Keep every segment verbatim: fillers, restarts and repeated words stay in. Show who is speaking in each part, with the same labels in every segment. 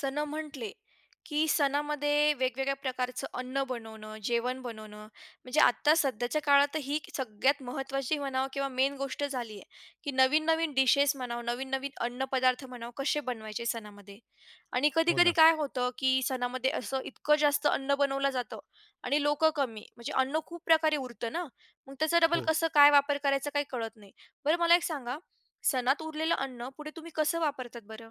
Speaker 1: सण म्हटले, की सणामध्ये वेगवेगळ्या प्रकारचं अन्न बनवणं, जेवण बनवणं, म्हणजे आत्ता सध्याच्या काळात तर ही सगळ्यात महत्त्वाची म्हणावं किंवा मेन गोष्ट झाली आहे, की नवीन-नवीन डिशेस म्हणावं, नवीन-नवीन अन्नपदार्थ म्हणावं, कसे बनवायचे सणामध्ये. आणि
Speaker 2: हो
Speaker 1: कधी-कधी
Speaker 2: ना.
Speaker 1: काय होतं, की सणामध्ये असं इतकं जास्त अन्न बनवलं जातं आणि लोकं कमी, म्हणजे अन्न खूप प्रकारे उरतं ना, मग त्याचा डबल
Speaker 2: हो.
Speaker 1: कसं काय वापर करायचा काही कळत नाही. बरं मला एक सांगा, सणात उरलेलं अन्न पुढे तुम्ही कसं वापरतात बरं?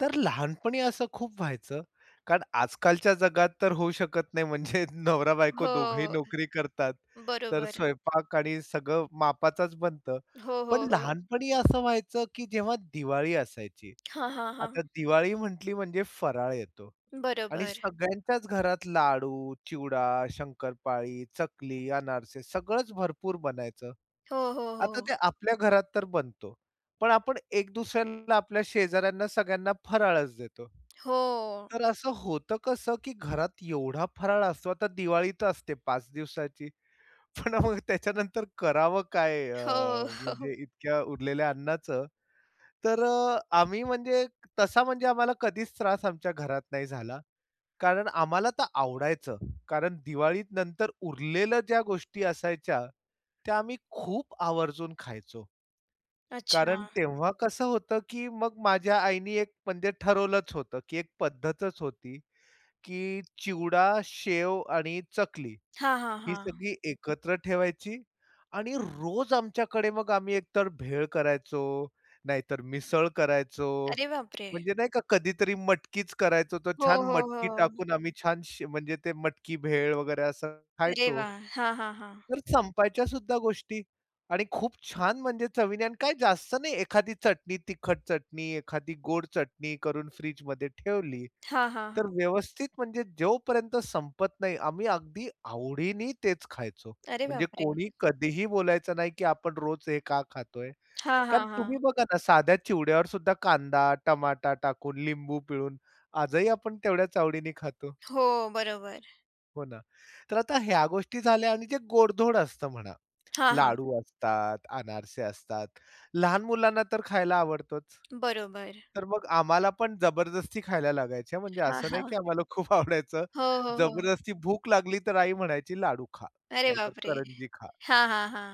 Speaker 2: तर लहानपणी असं खूप व्हायचं, कारण आजकालच्या जगात तर होऊ शकत नाही म्हणजे नवरा-बायको दोघंही
Speaker 1: हो.
Speaker 2: नोकरी करतात, तर
Speaker 1: बरोबर.
Speaker 2: स्वयंपाक आणि सगळं मापाचाच बनतं.
Speaker 1: हो, हो,
Speaker 2: पण
Speaker 1: हो.
Speaker 2: लहानपणी असं व्हायचं, की जेव्हा दिवाळी असायची.
Speaker 1: हां, हां,
Speaker 2: आता
Speaker 1: हां.
Speaker 2: दिवाळी म्हटली म्हणजे फराळ येतो आणि
Speaker 1: बरोबर.
Speaker 2: सगळ्यांच्याच घरात लाडू, चिवडा, शंकरपाळी, चकली, अनारसे सगळंच भरपूर बनायचं.
Speaker 1: हो, हो, हो.
Speaker 2: आता ते आपल्या घरात तर बनतो. पण आपण एक दुसऱ्याला आपल्या शेजाऱ्यांना सगळ्यांना फराळच देतो.
Speaker 1: हो.
Speaker 2: तर असं होतं कसं, की घरात एवढा फराळ असतो. आता दिवाळी तर असते पाच दिवसाची. पण मग त्याच्यानंतर करावं काय अ,
Speaker 1: हो, हो.
Speaker 2: म्हणजे इतक्या उरलेल्या अन्नाचं. तर अ, आम्ही म्हणजे तसा म्हणजे आम्हाला कधीच त्रास आमच्या घरात नाही झाला. कारण आम्हाला तर आवडायचं. कारण दिवाळीनंतर उरलेल्या ज्या गोष्टी असायच्या, त्या आम्ही खूप आवर्जून खायचो.
Speaker 1: अच्छा.
Speaker 2: कारण तेव्हा कसं होतं, की मग माझ्या आईनी एक म्हणजे ठरवलंच होतं, की एक पद्धतच होती, की चिवडा, शेव आणि चकली
Speaker 1: हां, हां,
Speaker 2: ही
Speaker 1: हां.
Speaker 2: सगळी एकत्र ठेवायची आणि रोज आमच्याकडे मग आम्ही एकतर भेळ करायचो, नाहीतर मिसळ करायचो,
Speaker 1: अरे बापरे!
Speaker 2: म्हणजे नाही का कधीतरी मटकीच करायचो. तो
Speaker 1: हो,
Speaker 2: छान
Speaker 1: हो,
Speaker 2: मटकी
Speaker 1: हो.
Speaker 2: टाकून आम्ही छान श म्हणजे ते मटकी भेळ वगैरे असं
Speaker 1: अरे
Speaker 2: खायचो.
Speaker 1: वाह! हां, हां, हां.
Speaker 2: तर संपायच्या सुद्धा गोष्टी आणि खूप छान म्हणजे चवीने आणि काय जास्त नाही एखादी चटणी, तिखट चटणी, एखादी गोड चटणी करून फ्रिजमध्ये ठेवली,
Speaker 1: हां, हां,
Speaker 2: तर
Speaker 1: हां.
Speaker 2: व्यवस्थित म्हणजे जोपर्यंत संपत नाही आम्ही अगदी आवडीने तेच खायचो.
Speaker 1: अरे
Speaker 2: म्हणजे
Speaker 1: बापरे!
Speaker 2: कोणी कधीही बोलायचं नाही, की आपण रोज हे का खातोय?
Speaker 1: हां, हां,
Speaker 2: कारण
Speaker 1: हां.
Speaker 2: तुम्ही बघा ना, साध्या चिवड्यावर सुद्धा कांदा, टमाटा टाकून, लिंबू पिळून आजही आपण तेवढ्याच आवडीने खातो.
Speaker 1: हो, बरोबर.
Speaker 2: हो ना. तर आता ह्या गोष्टी झाल्या आणि जे गोडधोड असतं म्हणा.
Speaker 1: हां, हां.
Speaker 2: लाडू असतात, अनारसे असतात. लहान मुलांना तर खायला आवडतोच.
Speaker 1: बरोबर.
Speaker 2: तर मग आम्हाला पण जबरदस्ती खायला लागायच्या. म्हणजे
Speaker 1: हां,
Speaker 2: असं नाही
Speaker 1: हां.
Speaker 2: की आम्हाला खूप आवडायचं.
Speaker 1: हो, हो, हो.
Speaker 2: जबरदस्ती भूक लागली तर आई म्हणायची, "लाडू खा,
Speaker 1: अरे
Speaker 2: नाहीतर
Speaker 1: बापरे!
Speaker 2: करंजी खा."
Speaker 1: हां, हां, हां.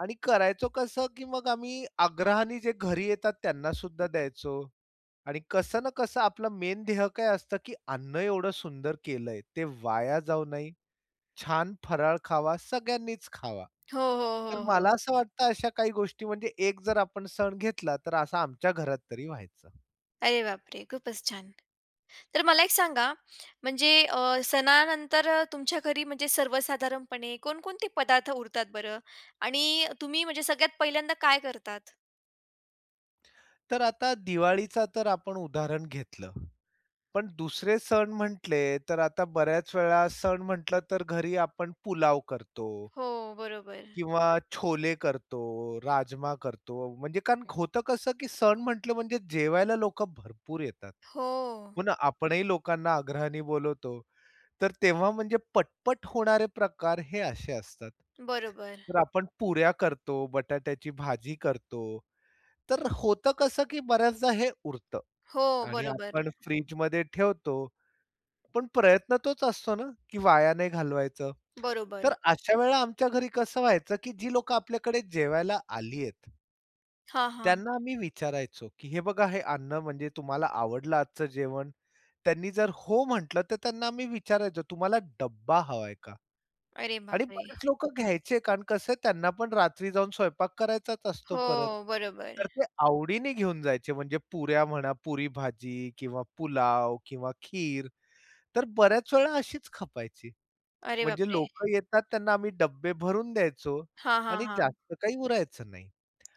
Speaker 2: आणि करायचो कसं, की मग आम्ही आग्रहाने जे घरी येतात त्यांना सुद्धा द्यायचो. आणि कसं ना कसं आपलं मेन ध्येय काय असतं, की अन्न एवढं सुंदर केलंय, ते वाया जाऊ नये, छान फराळ खावा, सगळ्यांनीच खावा.
Speaker 1: हो, हो,
Speaker 2: तर
Speaker 1: हो, हो.
Speaker 2: मला असं वाटतं अशा काही गोष्टी म्हणजे एक जर आपण सण घेतला, तर असा आमच्या घरात तरी व्हायचं.
Speaker 1: अरे बापरे! खूपच छान. तर मला एक सांगा, म्हणजे अ, सणानंतर, अ, तुमच्या घरी म्हणजे सर्वसाधारणपणे कोणकोणते पदार्थ उरतात बरं? आणि तुम्ही म्हणजे सगळ्यात पहिल्यांदा काय करतात?
Speaker 2: तर आता दिवाळीचा तर आपण उदाहरण घेतलं. पण दुसरे सण म्हटले, तर आता बऱ्याच वेळा सण म्हटलं, तर घरी आपण पुलाव करतो
Speaker 1: हो, बरोबर.
Speaker 2: किंवा छोले करतो, राजमा करतो. म्हणजे कारण होतं कसं, की सण म्हटलं म्हणजे जेवायला लोकं भरपूर येतात.
Speaker 1: हो,
Speaker 2: हो ना, आपणही लोकांना आग्रहाने बोलवतो. तर तेव्हा म्हणजे पटपट होणारे प्रकार हे असे असतात.
Speaker 1: बरोबर.
Speaker 2: तर आपण पुऱ्या करतो, बटाट्याची भाजी करतो. तर होतं कसं, की बऱ्याचदा हे उरतं
Speaker 1: हो,
Speaker 2: आणि
Speaker 1: बरोबर.
Speaker 2: आपण फ्रिजमध्ये ठेवतो. पण प्रयत्न तोच असतो ना, की वाया नाही घालवायचं.
Speaker 1: बरोबर.
Speaker 2: तर अशा वेळेला आमच्या घरी कसं व्हायचं, की जी लोकं आपल्याकडे जेवायला आली आहेत,
Speaker 1: हां, हां.
Speaker 2: त्यांना आम्ही विचारायचो, की "हे बघा हे अन्न म्हणजे तुम्हाला आवडलं आजचं जेवण?" त्यांनी जर हो म्हटलं, तर त्यांना आम्ही विचारायचो, "तुम्हाला डब्बा हवाय का?"
Speaker 1: अरे
Speaker 2: आणि
Speaker 1: बापरे!
Speaker 2: बरेच लोकं घ्यायचे कारण कसं त्यांना पण रात्री जाऊन स्वयंपाक करायचाच असतो परत.
Speaker 1: हो, बरोबर.
Speaker 2: तर ते आवडीने घेऊन जायचे म्हणजे पुऱ्या म्हणा, पुरी भाजी किंवा पुलाव किंवा खीर. तर बऱ्याच वेळा अशीच खपायची.
Speaker 1: अरे
Speaker 2: म्हणजे
Speaker 1: बापरे!
Speaker 2: लोकं येतात त्यांना आम्ही डब्बे भरून द्यायचो
Speaker 1: हां, हां,
Speaker 2: आणि
Speaker 1: हां.
Speaker 2: जास्त काही उरायचं नाही.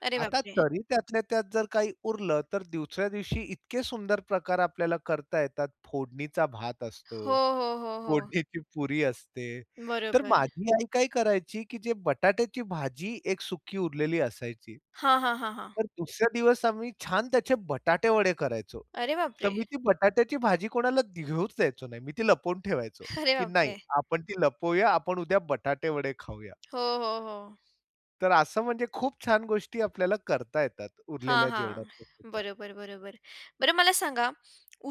Speaker 1: अरे
Speaker 2: आता
Speaker 1: बापरे!
Speaker 2: तरी त्यातल्या त्यात जर काही उरलं, तर दुसऱ्या दिवशी इतके सुंदर प्रकार आपल्याला करता येतात. फोडणीचा भात
Speaker 1: हो,
Speaker 2: असतो,
Speaker 1: हो, हो, हो.
Speaker 2: फोडणीची पुरी असते. तर
Speaker 1: बरोबर.
Speaker 2: माझी आई काय करायची, की जे बटाट्याची भाजी एक सुकी उरलेली असायची.
Speaker 1: हां, हां, हां, हां.
Speaker 2: तर दुसऱ्या दिवस आम्ही छान त्याचे बटाटे वडे करायचो.
Speaker 1: अरे
Speaker 2: तर
Speaker 1: बापरे!
Speaker 2: मी ती बटाट्याची भाजी कोणाला घेऊच द्यायचो नाही. मी ती लपवून ठेवायचो,
Speaker 1: अरे
Speaker 2: की नाही
Speaker 1: बापरे!
Speaker 2: आपण ती लपवूया, आपण उद्या बटाटे वडे खाऊया.
Speaker 1: हो, हो, हो.
Speaker 2: तर असं म्हणजे खूप छान गोष्टी आपल्याला करता येतात
Speaker 1: हां,
Speaker 2: उरलेल्या जेवणात
Speaker 1: हां.
Speaker 2: सुद्धा.
Speaker 1: बरोबर, बरोबर. बरं मला सांगा,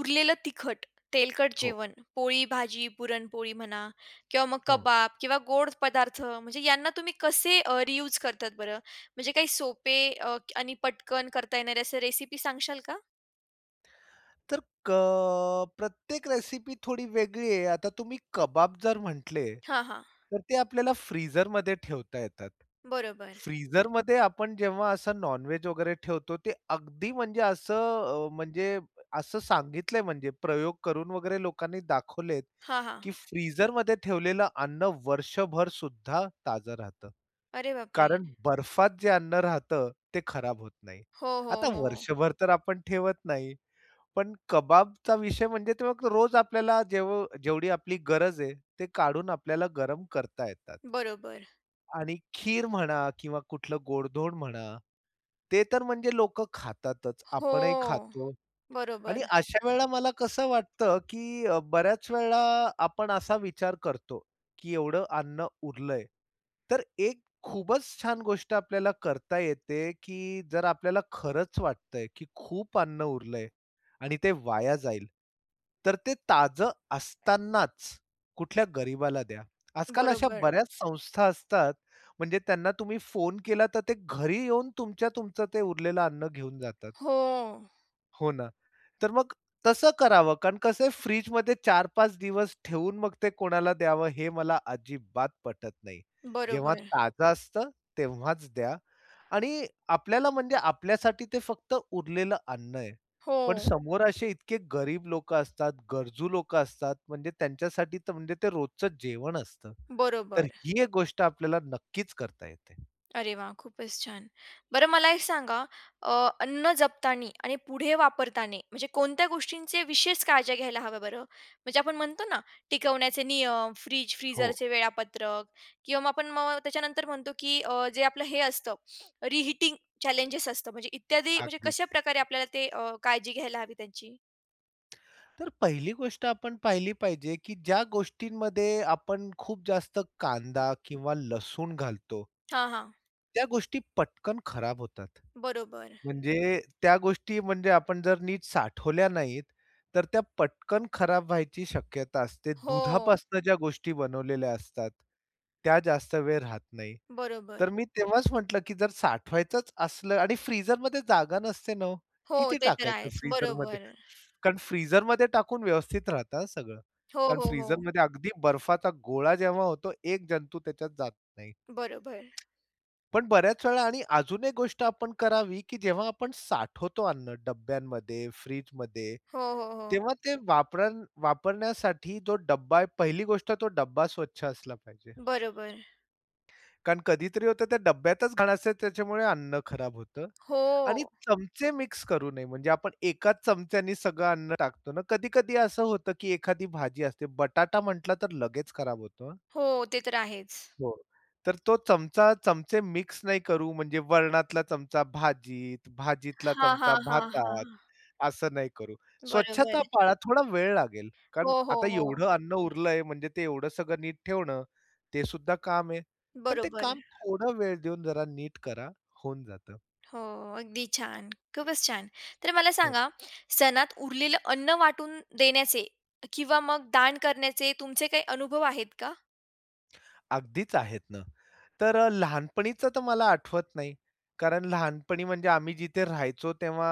Speaker 1: उरलेलं तिखट, तेलकट
Speaker 2: हो,
Speaker 1: जेवण, पोळी, भाजी, पुरणपोळी म्हणा किंवा मग
Speaker 2: हो.
Speaker 1: कबाब किंवा गोड पदार्थ म्हणजे यांना तुम्ही कसे रियूज करतात बरं? म्हणजे काही सोपे अ, आणि पटकन करता येणारे असे रेसिपी सांगशाल का?
Speaker 2: तर क प्रत्येक रेसिपी थोडी वेगळी आहे. आता तुम्ही कबाब जर म्हटले
Speaker 1: हां, हां.
Speaker 2: तर ते आपल्याला फ्रीझरमध्ये ठेवता येतात.
Speaker 1: बरोबर.
Speaker 2: फ्रीझरमध्ये आपण जेव्हा असं नॉन-व्हेज वगैरे ठेवतो, ते अगदी म्हणजे असं अ, म्हणजे असं सांगितलंय म्हणजे प्रयोग करून वगैरे लोकांनी दाखवलेत,
Speaker 1: हां, हां.
Speaker 2: की फ्रीझरमध्ये ठेवलेलं अन्न वर्षभर सुद्धा ताजं राहतं.
Speaker 1: अरे बापरे!
Speaker 2: कारण बर्फात जे अन्न राहतं ते खराब होत नाही.
Speaker 1: हो, हो,
Speaker 2: आता
Speaker 1: हो.
Speaker 2: वर्षभर तर आपण ठेवत नाही. पण कबाबचा विषय म्हणजे ते मग रोज आपल्याला जेव जेवढी आपली गरज आहे, ते काढून आपल्याला गरम करता येतात.
Speaker 1: बरोबर.
Speaker 2: आणि खीर म्हणा किंवा कुठलं गोडधोड म्हणा, ते तर म्हणजे लोकं खातातच. आपणही
Speaker 1: हो.
Speaker 2: खातो. आणि
Speaker 1: बरोबर,
Speaker 2: अशा वेळेला मला कसं वाटतं, की अ, बऱ्याच वेळेला आपण असा विचार करतो, की एवढं अन्न उरलंय. तर एक खूपच छान गोष्ट आपल्याला करता येते, की जर आपल्याला खरंच वाटतंय, की खूप अन्न उरलंय आणि ते वाया जाईल. तर ते ताजं असतानाच कुठल्या गरिबाला द्या. आजकाल अशा
Speaker 1: बरोबर.
Speaker 2: बऱ्याच संस्था असतात, म्हणजे त्यांना तुम्ही फोन केला तर ते घरी येऊन तुमच्या तुमचं ते उरलेलं अन्न घेऊन जातात.
Speaker 1: हो.
Speaker 2: हो ना. तर मग तसं करावं, कारण कसं आहे फ्रिजमध्ये चार पाच दिवस ठेवून मग ते कोणाला द्यावं हे मला अजिबात पटत नाही. जेव्हा
Speaker 1: बरोबर.
Speaker 2: ताजं असतं तेव्हाच द्या आणि आपल्याला म्हणजे आपल्यासाठी ते फक्त उरलेलं अन्न आहे.
Speaker 1: हो.
Speaker 2: पण समोर असे इतके गरीब लोकं असतात, गरजू लोकं असतात म्हणजे त्यांच्यासाठी तर म्हणजे ते रोजचं जेवण असतं. तर
Speaker 1: बरोबर.
Speaker 2: ही एक गोष्ट आपल्याला नक्कीच करता येते.
Speaker 1: अरे वाह! खूपच छान. बरं मला एक सांगा अ, अन्न जपताना आणि पुढे वापरताना म्हणजे कोणत्या गोष्टींचे विशेष काळजी घ्यायला हव्या बरं? म्हणजे आपण म्हणतो ना टिकवण्याचे नियम, फ्रिज,
Speaker 2: हो.
Speaker 1: फ्रीझरचे वेळापत्रक किंवा मग आपण मग त्याच्यानंतर म्हणतो की अ, जे आपलं हे असतं रिहीटिंग चॅलेंजेस असतं म्हणजे इत्यादी म्हणजे
Speaker 2: अगदी.
Speaker 1: कशाप्रकारे आपल्याला ते अ, काळजी घ्यायला हवी त्यांची?
Speaker 2: तर पहिली गोष्ट आपण पाहिली पाहिजे, की ज्या गोष्टींमध्ये आपण खूप जास्त कांदा किंवा लसूण घालतो
Speaker 1: हां, हां.
Speaker 2: त्या गोष्टी पटकन खराब होतात.
Speaker 1: बरोबर.
Speaker 2: म्हणजे त्या गोष्टी म्हणजे आपण जर नीट साठवल्या नाहीत, तर त्या पटकन खराब व्हायची शक्यता असते.
Speaker 1: हो,
Speaker 2: दुधापासून ज्या गोष्टी बनवलेल्या असतात, त्या जास्त वेळ राहत नाही. तर
Speaker 1: बरोबर.
Speaker 2: मी तेव्हाच म्हटलं, की जर साठवायचंच असलं आणि फ्रीझरमध्ये जागा नसते ना हो,
Speaker 1: हो,
Speaker 2: किती
Speaker 1: ते तर
Speaker 2: टाकायचं
Speaker 1: आहेच.
Speaker 2: फ्रीझरमध्ये?
Speaker 1: बरोबर.
Speaker 2: कारण फ्रीझरमध्ये टाकून व्यवस्थित राहतं हां सगळं.
Speaker 1: हो,
Speaker 2: कारण
Speaker 1: हो, हो.
Speaker 2: फ्रीझरमध्ये अगदी बर्फाचा गोळा जेव्हा होतो, एक जंतू त्याच्यात जात नाही.
Speaker 1: बरोबर.
Speaker 2: पण बऱ्याच वेळा आणि अजून एक गोष्ट आपण करावी, की जेव्हा आपण साठवतो अन्न डब्यांमध्ये, फ्रिजमध्ये,
Speaker 1: हो, हो, हो.
Speaker 2: तेव्हा ते वापरण वापरण्यासाठी जो डब्बा आहे, पहिली गोष्ट तो डब्बा स्वच्छ असला पाहिजे.
Speaker 1: बरोबर.
Speaker 2: कारण कधीतरी होतं त्या डब्यातच घाण असते त्याच्यामुळे अन्न खराब होतं आणि
Speaker 1: हो,
Speaker 2: चमचे मिक्स करू नये म्हणजे आपण एकाच चमच्यानी सगळं अन्न टाकतो ना, कधी-कधी असं होतं की एखादी भाजी असते बटाटा म्हटला तर लगेच खराब होतो.
Speaker 1: हो. ते तर आहेच.
Speaker 2: हो. तर तो चमचा चमचे मिक्स नाही करू म्हणजे वरणातला चमचा भाजीत, भाजीतला
Speaker 1: हां,
Speaker 2: चमचा
Speaker 1: हां, हां, हां.
Speaker 2: भातात, असं नाही करू. स्वच्छता
Speaker 1: बरोबर.
Speaker 2: पाळा. थोडा वेळ लागेल. कारण
Speaker 1: हो, हो,
Speaker 2: आता
Speaker 1: हो.
Speaker 2: एवढं अन्न उरलंय म्हणजे ते एवढं सगळं नीट ठेवणं, ते सुद्धा काम आहे. पण ते
Speaker 1: बरोबर.
Speaker 2: काम थोडा वेळ देऊन जरा नीट करा, होऊन जातं.
Speaker 1: हो, अगदी छान. खूपच छान. तर मला
Speaker 2: हो.
Speaker 1: सांगा, सणात उरलेलं अन्न वाटून देण्याचे किंवा मग दान करण्याचे तुमचे काही अनुभव आहेत का?
Speaker 2: अगदीच आहेत ना. तर अ, लहानपणीचं तर मला आठवत नाही. कारण लहानपणी म्हणजे आम्ही जिथे राहायचो तेव्हा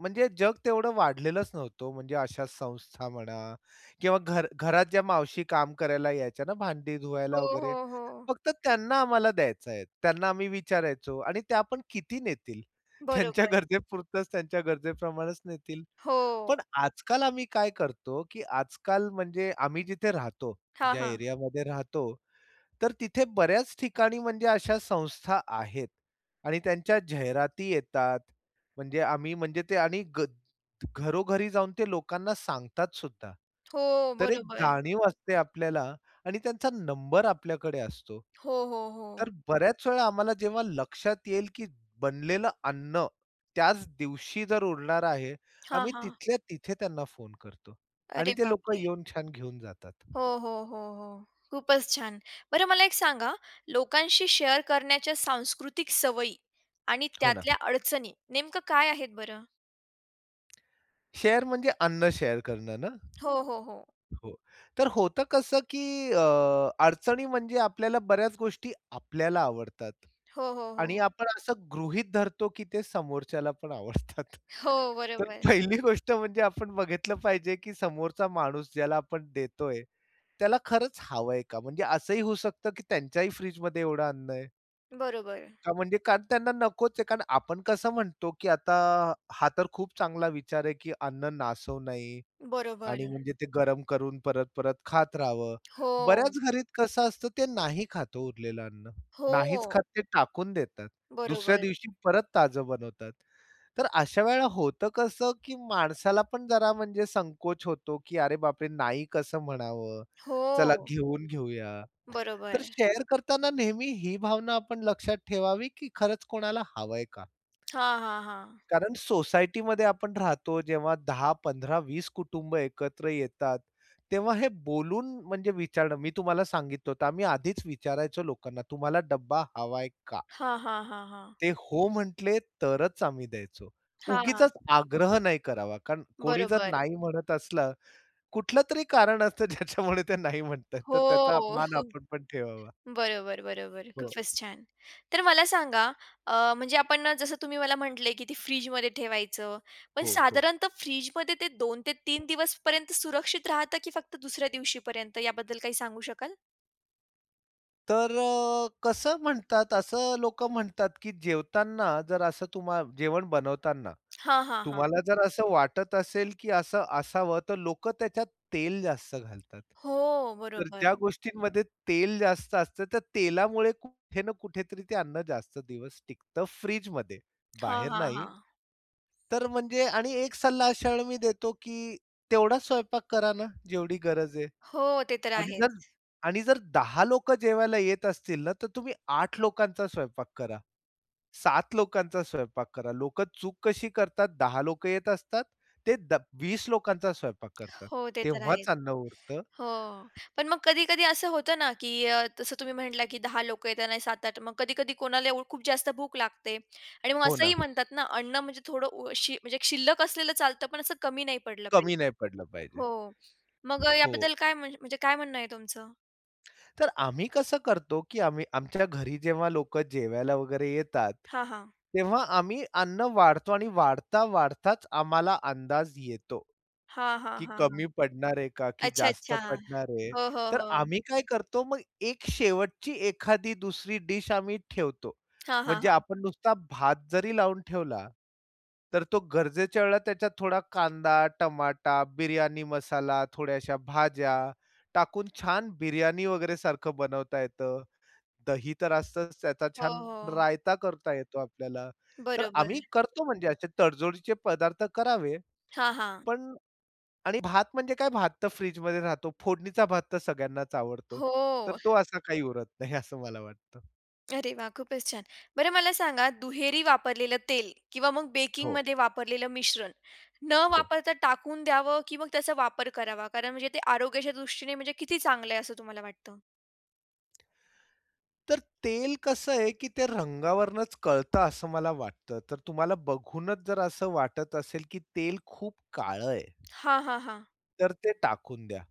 Speaker 2: म्हणजे जग तेवढं वाढलेलंच नव्हतं, म्हणजे अशा संस्था म्हणा किंवा घर घरात ज्या मावशी काम करायला यायच्या ना, भांडी
Speaker 1: हो,
Speaker 2: धुवायला वगैरे,
Speaker 1: हो, हो.
Speaker 2: फक्त त्यांना आम्हाला द्यायचा आहे. त्यांना आम्ही विचारायचो आणि त्या पण किती नेतील? त्यांच्या
Speaker 1: बरोबर.
Speaker 2: गरजेपुरतंच, त्यांच्या गरजेप्रमाणेच नेतील.
Speaker 1: हो.
Speaker 2: पण आजकाल आम्ही काय करतो, की आजकाल म्हणजे आम्ही जिथे राहतो,
Speaker 1: हां,
Speaker 2: ज्या
Speaker 1: हां.
Speaker 2: एरियामध्ये राहतो तर तिथे बऱ्याच ठिकाणी म्हणजे अशा संस्था आहेत आणि त्यांच्या जाहिराती येतात. म्हणजे आम्ही म्हणजे ते आणि ग घरोघरी जाऊन ते लोकांना सांगतात सुद्धा.
Speaker 1: हो,
Speaker 2: तर एक
Speaker 1: बरोबर.
Speaker 2: जाणीव असते आपल्याला आणि त्यांचा नंबर आपल्याकडे असतो.
Speaker 1: हो, हो,
Speaker 2: तर
Speaker 1: हो.
Speaker 2: बऱ्याच वेळा आम्हाला जेव्हा लक्षात येईल, की बनलेलं अन्न त्याच दिवशी जर उरणार आहे,
Speaker 1: हां,
Speaker 2: आम्ही
Speaker 1: हां.
Speaker 2: तिथल्या तिथे त्यांना फोन करतो आणि
Speaker 1: अरे
Speaker 2: ते लोकं
Speaker 1: बापरे!
Speaker 2: येऊन छान घेऊन जातात.
Speaker 1: हो, हो, हो, हो. खूपच छान. बरं मला एक सांगा, लोकांशी शेअर करण्याच्या सांस्कृतिक सवयी आणि
Speaker 2: हो ना.
Speaker 1: त्यातल्या अडचणी नेमकं काय आहेत बरं?
Speaker 2: शेअर म्हणजे अन्न शेअर करणं ना?
Speaker 1: हो, हो, हो.
Speaker 2: हो. तर होतं कसं, की अ, अडचणी म्हणजे आपल्याला बऱ्याच गोष्टी आपल्याला आवडतात
Speaker 1: हो, हो,
Speaker 2: आणि
Speaker 1: हो.
Speaker 2: आपण असं गृहीत धरतो, की ते समोरच्याला पण आवडतात.
Speaker 1: हो,
Speaker 2: तर
Speaker 1: बरोबर.
Speaker 2: पहिली गोष्ट म्हणजे आपण बघितलं पाहिजे, की समोरचा माणूस ज्याला आपण देतोय, त्याला खरंच हवंय का? म्हणजे असंही होऊ शकतं, की त्यांच्याही फ्रिजमध्ये एवढं अन्न आहे.
Speaker 1: बरोबर.
Speaker 2: का म्हणजे कारण त्यांना नकोच आहे. कारण आपण कसं म्हणतो, की आता हा तर खूप चांगला विचार आहे, की अन्न नासवू नाही
Speaker 1: बरोबर.
Speaker 2: आणि म्हणजे ते गरम करून परत-परत खात राहावं.
Speaker 1: हो.
Speaker 2: बऱ्याच घरीत कसं असतं ते नाही खातो हो उरलेलं अन्न.
Speaker 1: हो.
Speaker 2: नाहीच खात ते टाकून देतात. दुसऱ्या
Speaker 1: बरोबर.
Speaker 2: दिवशी परत ताजं बनवतात. तर अशा वेळेला होतं कसं, की माणसाला पण जरा म्हणजे संकोच होतो, की "अरे बापरे! नाही कसं म्हणावं?
Speaker 1: हो.
Speaker 2: चला घेऊन घेऊया." तर
Speaker 1: बरोबर.
Speaker 2: शेअर करताना नेहमी ही भावना आपण लक्षात ठेवावी, की खरंच कोणाला हवंय का?
Speaker 1: हां, हां, हां.
Speaker 2: कारण सोसायटीमध्ये आपण राहतो जेव्हा दहा, पंधरा, वीस कुटुंब एकत्र येतात, तेव्हा हे बोलून म्हणजे विचारणं मी तुम्हाला सांगितलं होतं आम्ही आधीच विचारायचो लोकांना, "तुम्हाला डब्बा हवाय का?"
Speaker 1: हां, हां, हां, हां.
Speaker 2: ते हो म्हटले तरच आम्ही द्यायचो. उगीचच
Speaker 1: हां.
Speaker 2: आग्रह नाही करावा, कारण कोणी जर
Speaker 1: बरोबर.
Speaker 2: नाही म्हणत असलं, कुठलंतरी कारण असतं ज्याच्यामुळे ते नाही म्हणतायत, तर
Speaker 1: हो.
Speaker 2: त्याचा मान आपण पण ठेवावा.
Speaker 1: बरोबर, बरोबर.
Speaker 2: हो,
Speaker 1: खूपच छान. तर मला सांगा अ, म्हणजे आपण ना जसं तुम्ही मला म्हटले, की ते फ्रिजमध्ये ठेवायचं. पण
Speaker 2: हो, हो.
Speaker 1: साधारणतः फ्रिजमध्ये ते दोन ते तीन दिवस दिवसपर्यंत सुरक्षित राहतं, की फक्त दुसऱ्या दिवशीपर्यंत याबद्दल काही सांगू शकाल?
Speaker 2: तर अ, कसं म्हणतात असं लोकं म्हणतात, की जेवताना जर असं तुम्हा जेवण बनवताना
Speaker 1: हां, हां, हां.
Speaker 2: तुम्हाला जर असं वाटत असेल, की असं असावं, तर लोकं त्याच्यात तेल जास्त घालतात.
Speaker 1: हो,
Speaker 2: तर
Speaker 1: बरोबर.
Speaker 2: ज्या गोष्टींमध्ये तेल जास्त असतं, त्या तेलामुळे कुठे ना कुठेतरी ते अन्न जास्त दिवस टिकतं फ्रिजमध्ये,
Speaker 1: हां,
Speaker 2: बाहेर
Speaker 1: हां,
Speaker 2: नाही.
Speaker 1: हां.
Speaker 2: तर म्हणजे आणि एक सल्ला अशा वेळी मी देतो, की तेवढाच स्वयंपाक करा ना, जेवढी गरज आहे.
Speaker 1: हो, ते तर
Speaker 2: आणि जर
Speaker 1: आहेच.
Speaker 2: आणि जर दहा लोकं जेवायला येत असतील ना, तर तुम्ही आठ लोकांचा स्वयंपाक करा, सात लोकांचा स्वयंपाक करा. लोकं चूक कशी करतात, दहा लोकं येत असतात, ते द वीस लोकांचा स्वयंपाक करतात.
Speaker 1: हो, ते तर आहे.
Speaker 2: तेव्हाच अन्न उरतं.
Speaker 1: हो. पण मग कधी-कधी असं होतं ना, की अ, जसं तुम्ही म्हटला, की दहा लोकं येताना आहे, सात आठ. मग कधी-कधी कोणाला एव खूप जास्त भूक लागते आणि मग
Speaker 2: हो
Speaker 1: असंही
Speaker 2: ना,
Speaker 1: म्हणतात ना, अन्न म्हणजे थोडं उ शि म्हणजे शिल्लक असलेलं चालतं, पण असं कमी नाही पडलं
Speaker 2: कमी
Speaker 1: पाहिजे.
Speaker 2: नाही पडलं पाहिजे.
Speaker 1: हो. मग अ,
Speaker 2: हो,
Speaker 1: याबद्दल काय म्हण म्हणजे काय म्हणणं आहे तुमचं?
Speaker 2: तर आम्ही कसं करतो, की आम्ही आमच्या घरी जेव्हा लोकं जेवायला वगैरे येतात,
Speaker 1: हां, हां.
Speaker 2: तेव्हा आम्ही अन्न वाढतो आणि वाढता, वाढताच आम्हाला अंदाज येतो.
Speaker 1: हां, हां,
Speaker 2: की
Speaker 1: हां, हां.
Speaker 2: कमी पडणार आहे का, की
Speaker 1: अच्छा,
Speaker 2: जास्त
Speaker 1: अच्छा.
Speaker 2: पडणार आहे.
Speaker 1: हो, हो,
Speaker 2: तर
Speaker 1: हो.
Speaker 2: आम्ही काय करतो मग एक शेवटची एखादी दुसरी डिश आम्ही ठेवतो.
Speaker 1: हां, हां,
Speaker 2: म्हणजे
Speaker 1: हां.
Speaker 2: आपण नुसता भात जरी लावून ठेवला, तर तो गरजेच्या वेळेला त्याच्यात थोडा कांदा, टमाटा, बिर्याणी मसाला, थोड्याशा भाज्या टाकून छान बिर्याणी वगैरे सारखं बनवता येतं. दही तर असतंच, त्याचा
Speaker 1: हो,
Speaker 2: छान
Speaker 1: हो.
Speaker 2: रायता करता येतो आपल्याला. तर
Speaker 1: बरोबर.
Speaker 2: आम्ही करतो म्हणजे असे तडजोडीचे पदार्थ करावे,
Speaker 1: हां, हां.
Speaker 2: पण आणि भात म्हणजे काय भात तर फ्रिजमध्ये राहतो. फोडणीचा भात तर सगळ्यांनाच आवडतो. तर
Speaker 1: हो.
Speaker 2: तो असा काही उरत नाही असं मला वाटतं.
Speaker 1: अरे वाह! खूपच छान. बरं मला सांगा दुहेरी वापरलेलं तेल किंवा मग
Speaker 2: हो,
Speaker 1: बेकिंगमध्ये वापरलेलं मिश्रण न
Speaker 2: हो.
Speaker 1: वापरता टाकून द्यावं की मग त्याचा वापर करावा? कारण म्हणजे ते आरोग्याच्या दृष्टीने म्हणजे किती चांगलं आहे असं तुम्हाला वाटतं?
Speaker 2: तर तेल कसं आहे, की ते रंगावरूनच कळतं असं मला वाटतं. तर तुम्हाला बघूनच जर असं वाटत असेल, की तेल खूप काळं आहे,
Speaker 1: हा हां, हां.
Speaker 2: तर ते टाकून द्या.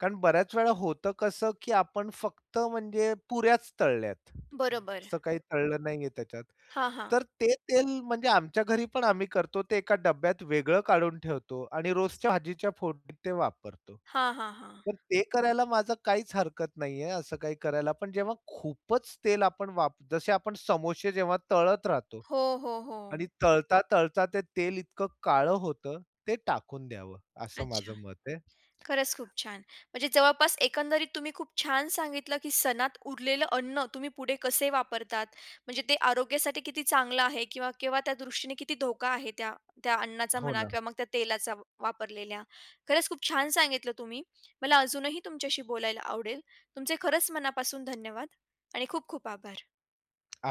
Speaker 2: कारण बऱ्याच वेळा होतं कसं, की आपण फक्त म्हणजे पुऱ्याच तळल्यात.
Speaker 1: बरोबर.
Speaker 2: असं काही तळलं नाहीये त्याच्यात.
Speaker 1: हां, हां.
Speaker 2: तर ते तेल म्हणजे आमच्या घरी पण आम्ही करतो ते एका डब्यात वेगळं काढून ठेवतो आणि रोजच्या भाजीच्या फोडणीत ते वापरतो.
Speaker 1: हां, हां, हां.
Speaker 2: तर ते करायला माझं काहीच हरकत नाहीये असं काही करायला. पण जेव्हा खूपच तेल आपण वाप जसे आपण समोसे जेव्हा तळत राहतो
Speaker 1: हो, हो, हो.
Speaker 2: आणि तळता, तळता ते तेल इतकं काळं होतं, ते टाकून द्यावं असं
Speaker 1: अच्छा.
Speaker 2: माझं मत आहे.
Speaker 1: खरंच खूप छान. म्हणजे जवळपास एकंदरीत तुम्ही खूप छान सांगितलं, की सणात उरलेलं अन्न तुम्ही पुढे कसे वापरतात. म्हणजे ते आरोग्यासाठी किती चांगलं आहे किंवा किंवा त्या दृष्टीने किती धोका आहे त्या त्या अन्नाचा
Speaker 2: हो
Speaker 1: म्हणा
Speaker 2: ना.
Speaker 1: किंवा मग त्या तेलाचा वा- वापरलेल्या. खरंच खूप छान सांगितलं तुम्ही. मला अजूनही तुमच्याशी बोलायला आवडेल. तुमचे खरंच मनापासून धन्यवाद आणि खूप खूप आभार.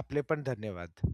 Speaker 2: आपले पण धन्यवाद.